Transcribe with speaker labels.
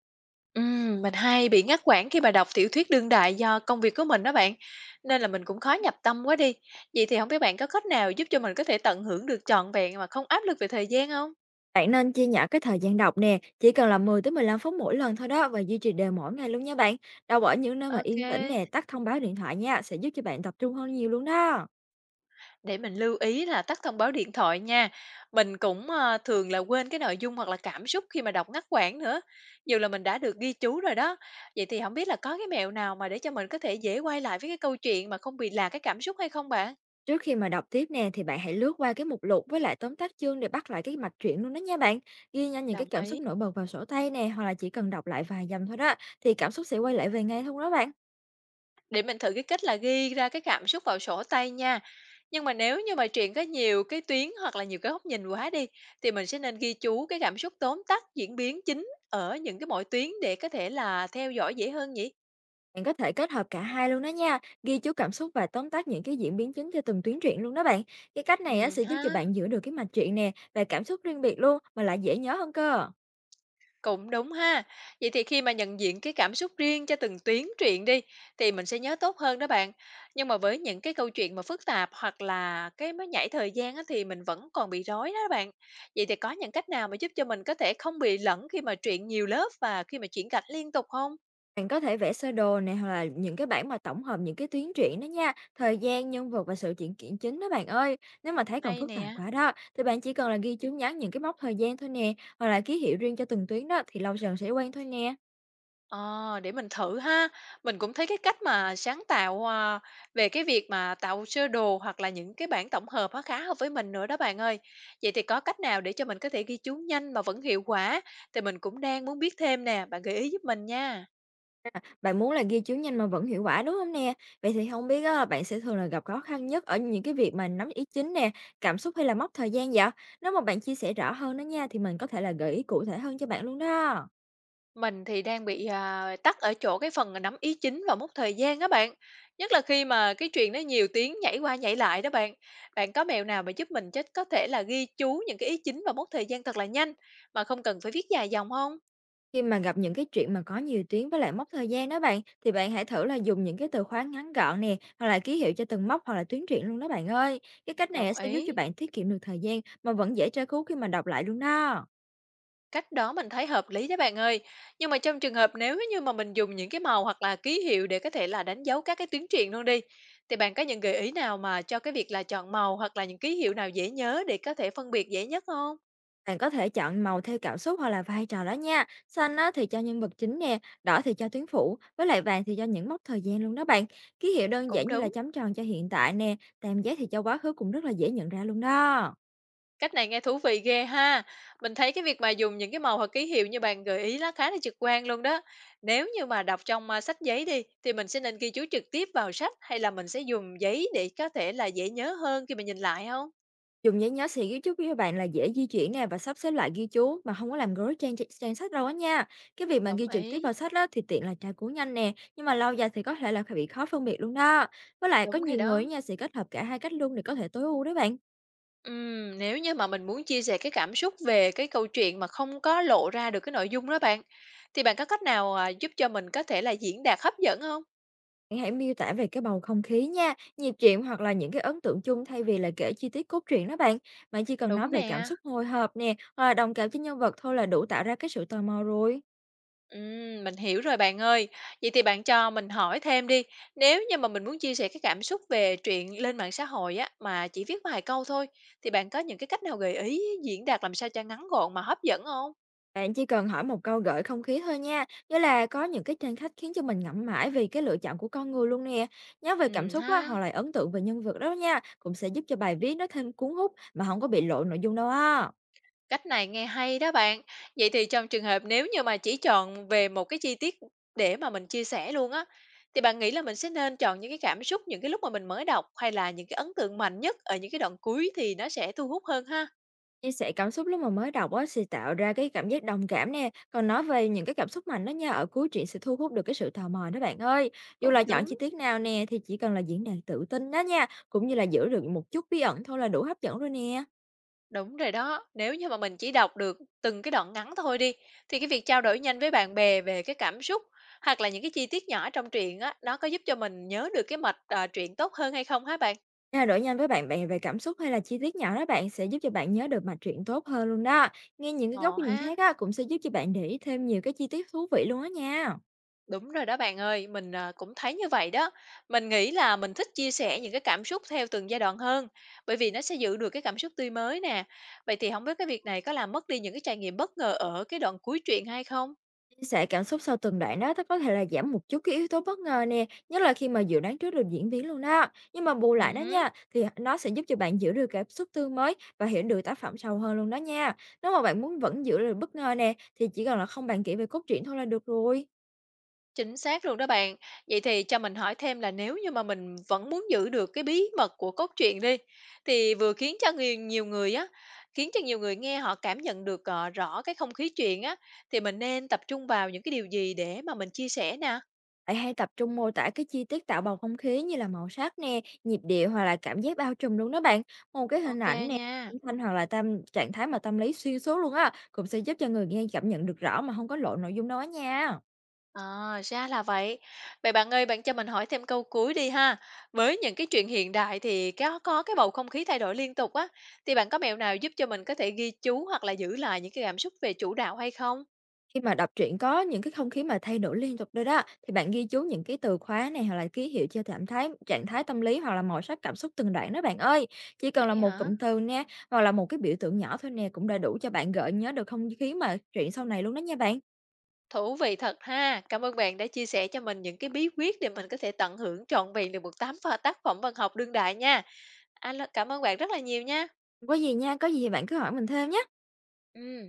Speaker 1: Mình hay bị ngắt quãng khi mà đọc tiểu thuyết đương đại do công việc của mình đó bạn, nên là mình cũng khó nhập tâm quá đi. Vậy thì không biết bạn có cách nào giúp cho mình có thể tận hưởng được trọn vẹn mà không áp lực về thời gian không?
Speaker 2: Bạn nên chia nhỏ cái thời gian đọc nè, chỉ cần là 10 tới 15 phút mỗi lần thôi đó và duy trì đều mỗi ngày luôn nha bạn. Đọc ở những nơi mà yên tĩnh
Speaker 1: OK,
Speaker 2: nè, tắt thông báo điện thoại nha, sẽ giúp cho bạn tập trung hơn nhiều luôn đó.
Speaker 1: để mình lưu ý là tắt thông báo điện thoại nha. Mình cũng, thường là quên cái nội dung hoặc là cảm xúc khi mà đọc ngắt quãng nữa, dù là mình đã được ghi chú rồi đó. Vậy thì không biết là có cái mẹo nào mà để cho mình có thể dễ quay lại với cái câu chuyện mà không bị lạc cái cảm xúc hay không bạn?
Speaker 2: Trước khi mà đọc tiếp nè thì bạn hãy lướt qua cái mục lục với lại tóm tắt chương để bắt lại cái mạch truyện luôn đó nha bạn. Ghi nhanh những cái
Speaker 1: Đồng
Speaker 2: cảm
Speaker 1: ý.
Speaker 2: xúc nổi bật vào sổ tay nè, hoặc là chỉ cần đọc lại vài dòng thôi đó thì cảm xúc sẽ quay lại về ngay thôi đó bạn.
Speaker 1: Để mình thử cái cách là ghi ra cái cảm xúc vào sổ tay nha. Nhưng mà nếu như mà truyện có nhiều cái tuyến hoặc là nhiều cái góc nhìn quá đi thì mình sẽ nên ghi chú cái cảm xúc tóm tắt diễn biến chính ở những cái mỗi tuyến để có thể là theo dõi dễ hơn nhỉ?
Speaker 2: Bạn có thể kết hợp cả hai luôn đó nha, ghi chú cảm xúc và tóm tắt những cái diễn biến chính cho từng tuyến truyện luôn đó bạn. Cái cách này á,
Speaker 1: Ừ
Speaker 2: sẽ giúp cho
Speaker 1: ha.
Speaker 2: bạn giữ được cái mạch truyện nè và cảm xúc riêng biệt luôn mà lại dễ nhớ hơn cơ.
Speaker 1: Cũng đúng ha. Vậy thì khi mà nhận diện cái cảm xúc riêng cho từng tuyến truyện đi thì mình sẽ nhớ tốt hơn đó bạn. Nhưng mà với những cái câu chuyện mà phức tạp hoặc là cái mới nhảy thời gian á, thì mình vẫn còn bị rối đó bạn. Vậy thì có những cách nào mà giúp cho mình có thể không bị lẫn khi mà truyện nhiều lớp và khi mà chuyển gạch liên tục không?
Speaker 2: Bạn có thể vẽ sơ đồ này hoặc là những cái bảng mà tổng hợp những cái tuyến truyện đó nha, thời gian, nhân vật và sự kiện kiện chính đó bạn ơi. Nếu mà thấy còn
Speaker 1: Hay
Speaker 2: phức tạp
Speaker 1: nè.
Speaker 2: quá đó, thì bạn chỉ cần là ghi chú ngắn những cái mốc thời gian thôi nè, hoặc là ký hiệu riêng cho từng tuyến đó thì lâu dần sẽ quen thôi nè.
Speaker 1: Ờ, để mình thử ha. Mình cũng thấy cái cách mà sáng tạo, về cái việc mà tạo sơ đồ hoặc là những cái bảng tổng hợp á khá hợp với mình nữa đó bạn ơi. Vậy thì có cách nào để cho mình có thể ghi chú nhanh mà vẫn hiệu quả? Thì mình cũng đang muốn biết thêm nè, bạn gợi ý giúp mình nha.
Speaker 2: Bạn muốn là ghi chú nhanh mà vẫn hiệu quả, đúng không nè? Vậy thì không biết á, bạn sẽ thường là gặp khó khăn nhất ở những cái việc mà nắm ý chính nè, cảm xúc hay là mốc thời gian vậy? Nếu mà bạn chia sẻ rõ hơn đó nha, thì mình có thể là gợi ý cụ thể hơn cho bạn luôn đó.
Speaker 1: Mình thì đang bị tắc ở chỗ cái phần nắm ý chính và mốc thời gian á bạn. Nhất là khi mà cái chuyện nó nhiều tiếng nhảy qua nhảy lại đó bạn. Bạn có mẹo nào mà giúp mình chết có thể là ghi chú những cái ý chính và mốc thời gian thật là nhanh mà không cần phải viết dài dòng không?
Speaker 2: Khi mà gặp những cái chuyện mà có nhiều tuyến với lại mốc thời gian đó bạn, thì bạn hãy thử là dùng những cái từ khóa ngắn gọn nè, hoặc là ký hiệu cho từng mốc hoặc là tuyến truyện luôn đó bạn ơi. Cái cách này
Speaker 1: Đồng
Speaker 2: á sẽ giúp
Speaker 1: ý.
Speaker 2: cho bạn tiết kiệm được thời gian mà vẫn dễ tra cứu khi mà đọc lại luôn đó.
Speaker 1: Cách đó mình thấy hợp lý đó bạn ơi. Nhưng mà trong trường hợp nếu như mà mình dùng những cái màu hoặc là ký hiệu để có thể là đánh dấu các cái tuyến truyền luôn đi, thì bạn có những gợi ý nào mà cho cái việc là chọn màu hoặc là những ký hiệu nào dễ nhớ để có thể phân biệt dễ nhất không?
Speaker 2: Bạn có thể chọn màu theo cảm xúc hoặc là vai trò đó nha. Xanh á, thì cho nhân vật chính nè, đỏ thì cho tuyến phụ, với lại vàng thì cho những mốc thời gian luôn đó bạn. Ký hiệu đơn
Speaker 1: Cũng
Speaker 2: giản như là
Speaker 1: đúng.
Speaker 2: chấm tròn cho hiện tại nè, tam giác thì cho quá khứ cũng rất là dễ nhận ra luôn đó.
Speaker 1: Cách này nghe thú vị ghê ha. Mình thấy cái việc mà dùng những cái màu hoặc ký hiệu như bạn gợi ý là khá là trực quan luôn đó. Nếu như mà đọc trong sách giấy đi thì mình sẽ nên ghi chú trực tiếp vào sách hay là mình sẽ dùng giấy để có thể là dễ nhớ hơn khi mà nhìn lại không?
Speaker 2: Dùng giấy nhớ sẽ ghi chú với bạn là dễ di chuyển nè và sắp xếp lại ghi chú mà không có làm rối trang trang sách đâu á nha. Cái việc mà
Speaker 1: Đồng
Speaker 2: ghi trực tiếp
Speaker 1: ý.
Speaker 2: vào sách đó thì tiện là tra cứu nhanh nè, nhưng mà lâu dài thì có thể là bị khó phân biệt luôn đó. Với lại có
Speaker 1: Đúng rồi
Speaker 2: nhiều
Speaker 1: đó.
Speaker 2: người á nha sẽ kết hợp cả hai cách luôn để có thể tối ưu đấy bạn.
Speaker 1: Nếu như mà mình muốn chia sẻ cái cảm xúc về cái câu chuyện mà không có lộ ra được cái nội dung đó bạn, thì bạn có cách nào, giúp cho mình có thể là diễn đạt hấp dẫn không?
Speaker 2: Bạn hãy miêu tả về cái bầu không khí nha, nhịp truyện hoặc là những cái ấn tượng chung thay vì là kể chi tiết cốt truyện đó bạn. Bạn chỉ cần nói
Speaker 1: Đúng
Speaker 2: về cảm
Speaker 1: nè.
Speaker 2: xúc hồi hộp nè, hoặc là đồng cảm với nhân vật thôi là đủ tạo ra cái sự tò mò rồi.
Speaker 1: Mình hiểu rồi bạn ơi. Vậy thì bạn cho mình hỏi thêm đi, nếu như mà mình muốn chia sẻ cái cảm xúc về chuyện lên mạng xã hội á, mà chỉ viết vài câu thôi, thì bạn có những cái cách nào gợi ý diễn đạt làm sao cho ngắn gọn mà hấp dẫn không?
Speaker 2: Bạn chỉ cần hỏi một câu gợi không khí thôi nha, nghĩa là có những cái tranh khách khiến cho mình ngẫm mãi về cái lựa chọn của con người luôn nè. Nhớ về cảm xúc á,
Speaker 1: Ha.
Speaker 2: hoặc là ấn tượng về nhân vật đó nha, cũng sẽ giúp cho bài viết nó thêm cuốn hút mà không có bị lộ nội dung đâu á.
Speaker 1: Cách này nghe hay đó bạn. Vậy thì trong trường hợp nếu như mà chỉ chọn về một cái chi tiết để mà mình chia sẻ luôn á, thì bạn nghĩ là mình sẽ nên chọn những cái cảm xúc, những cái lúc mà mình mới đọc hay là những cái ấn tượng mạnh nhất ở những cái đoạn cuối thì nó sẽ thu hút hơn ha?
Speaker 2: Chia sẻ cảm xúc lúc mà mới đọc á sẽ tạo ra cái cảm giác đồng cảm nè, còn nói về những cái cảm xúc mạnh đó nha, ở cuối truyện sẽ thu hút được cái sự tò mò đó bạn ơi. Dù là
Speaker 1: Cũng
Speaker 2: chọn
Speaker 1: đúng,
Speaker 2: chi tiết nào nè thì chỉ cần là diễn đạt tự tin đó nha, cũng như là giữ được một chút bí ẩn thôi là đủ hấp dẫn rồi nè.
Speaker 1: đúng rồi đó. Nếu như mà mình chỉ đọc được từng cái đoạn ngắn thôi đi, thì cái việc trao đổi nhanh với bạn bè về cái cảm xúc hoặc là những cái chi tiết nhỏ trong truyện á, nó có giúp cho mình nhớ được cái mạch truyện tốt hơn hay không hả bạn?
Speaker 2: Trao đổi nhanh với bạn bè về cảm xúc hay là chi tiết nhỏ đó bạn sẽ giúp cho bạn nhớ được mạch truyện tốt hơn luôn đó. Nghe những cái
Speaker 1: Ồ
Speaker 2: góc nhìn
Speaker 1: ha.
Speaker 2: khác á cũng sẽ giúp cho bạn để ý thêm nhiều cái chi tiết thú vị luôn á nha.
Speaker 1: Đúng rồi đó bạn ơi, mình, cũng thấy như vậy đó. Mình nghĩ là mình thích chia sẻ những cái cảm xúc theo từng giai đoạn hơn, bởi vì nó sẽ giữ được cái cảm xúc tươi mới nè. Vậy thì không biết cái việc này có làm mất đi những cái trải nghiệm bất ngờ ở cái đoạn cuối truyện hay không?
Speaker 2: Chia sẻ cảm xúc sau từng đoạn đó nó có thể là giảm một chút cái yếu tố bất ngờ nè, nhất là khi mà dự đoán trước được diễn biến luôn đó. Nhưng mà bù lại đó
Speaker 1: Hứm,
Speaker 2: nha, thì nó sẽ giúp cho bạn giữ được cảm xúc tươi mới và hiểu được tác phẩm sâu hơn luôn đó nha. Nếu mà bạn muốn vẫn giữ được bất ngờ nè, thì chỉ cần là không bàn kỹ về cốt truyện thôi là được rồi.
Speaker 1: chính xác luôn đó bạn. Vậy thì cho mình hỏi thêm là nếu như mà mình vẫn muốn giữ được cái bí mật của cốt truyện đi, thì vừa khiến cho nhiều người nghe họ cảm nhận được, rõ cái không khí truyện á, thì mình nên tập trung vào những cái điều gì để mà mình chia sẻ nè?
Speaker 2: Bạn hãy tập trung mô tả cái chi tiết tạo bầu không khí như là màu sắc nè, nhịp điệu hoặc là cảm giác bao trùm luôn đó bạn. Một cái hình
Speaker 1: OK
Speaker 2: ảnh nè, âm
Speaker 1: nha.
Speaker 2: thanh hoặc là tâm trạng thái mà tâm lý xuyên suốt luôn á, cũng sẽ giúp cho người nghe cảm nhận được rõ mà không có lộ nội dung đó nha.
Speaker 1: À, ra là vậy. Vậy bạn ơi, bạn cho mình hỏi thêm câu cuối đi ha. Với những cái chuyện hiện đại thì có cái bầu không khí thay đổi liên tục á, thì bạn có mẹo nào giúp cho mình có thể ghi chú hoặc là giữ lại những cái cảm xúc về chủ đạo hay không?
Speaker 2: Khi mà đọc truyện có những cái không khí mà thay đổi liên tục rồi đó, thì bạn ghi chú những cái từ khóa này hoặc là ký hiệu cho cảm thái, trạng thái tâm lý hoặc là màu sắc cảm xúc từng đoạn đó bạn ơi. Chỉ cần là
Speaker 1: Vậy
Speaker 2: một
Speaker 1: hả?
Speaker 2: cụm từ nha, hoặc là một cái biểu tượng nhỏ thôi nè cũng đã đủ cho bạn gợi nhớ được không khí mà truyện sau này luôn đó nha bạn.
Speaker 1: Thú vị thật ha. Cảm ơn bạn đã chia sẻ cho mình những cái bí quyết để mình có thể tận hưởng trọn vẹn được một tám pha tác phẩm văn học đương đại nha. A, cảm ơn bạn rất là nhiều nha.
Speaker 2: Không có gì nha, có gì thì bạn cứ hỏi mình thêm nhé.
Speaker 1: Ừ.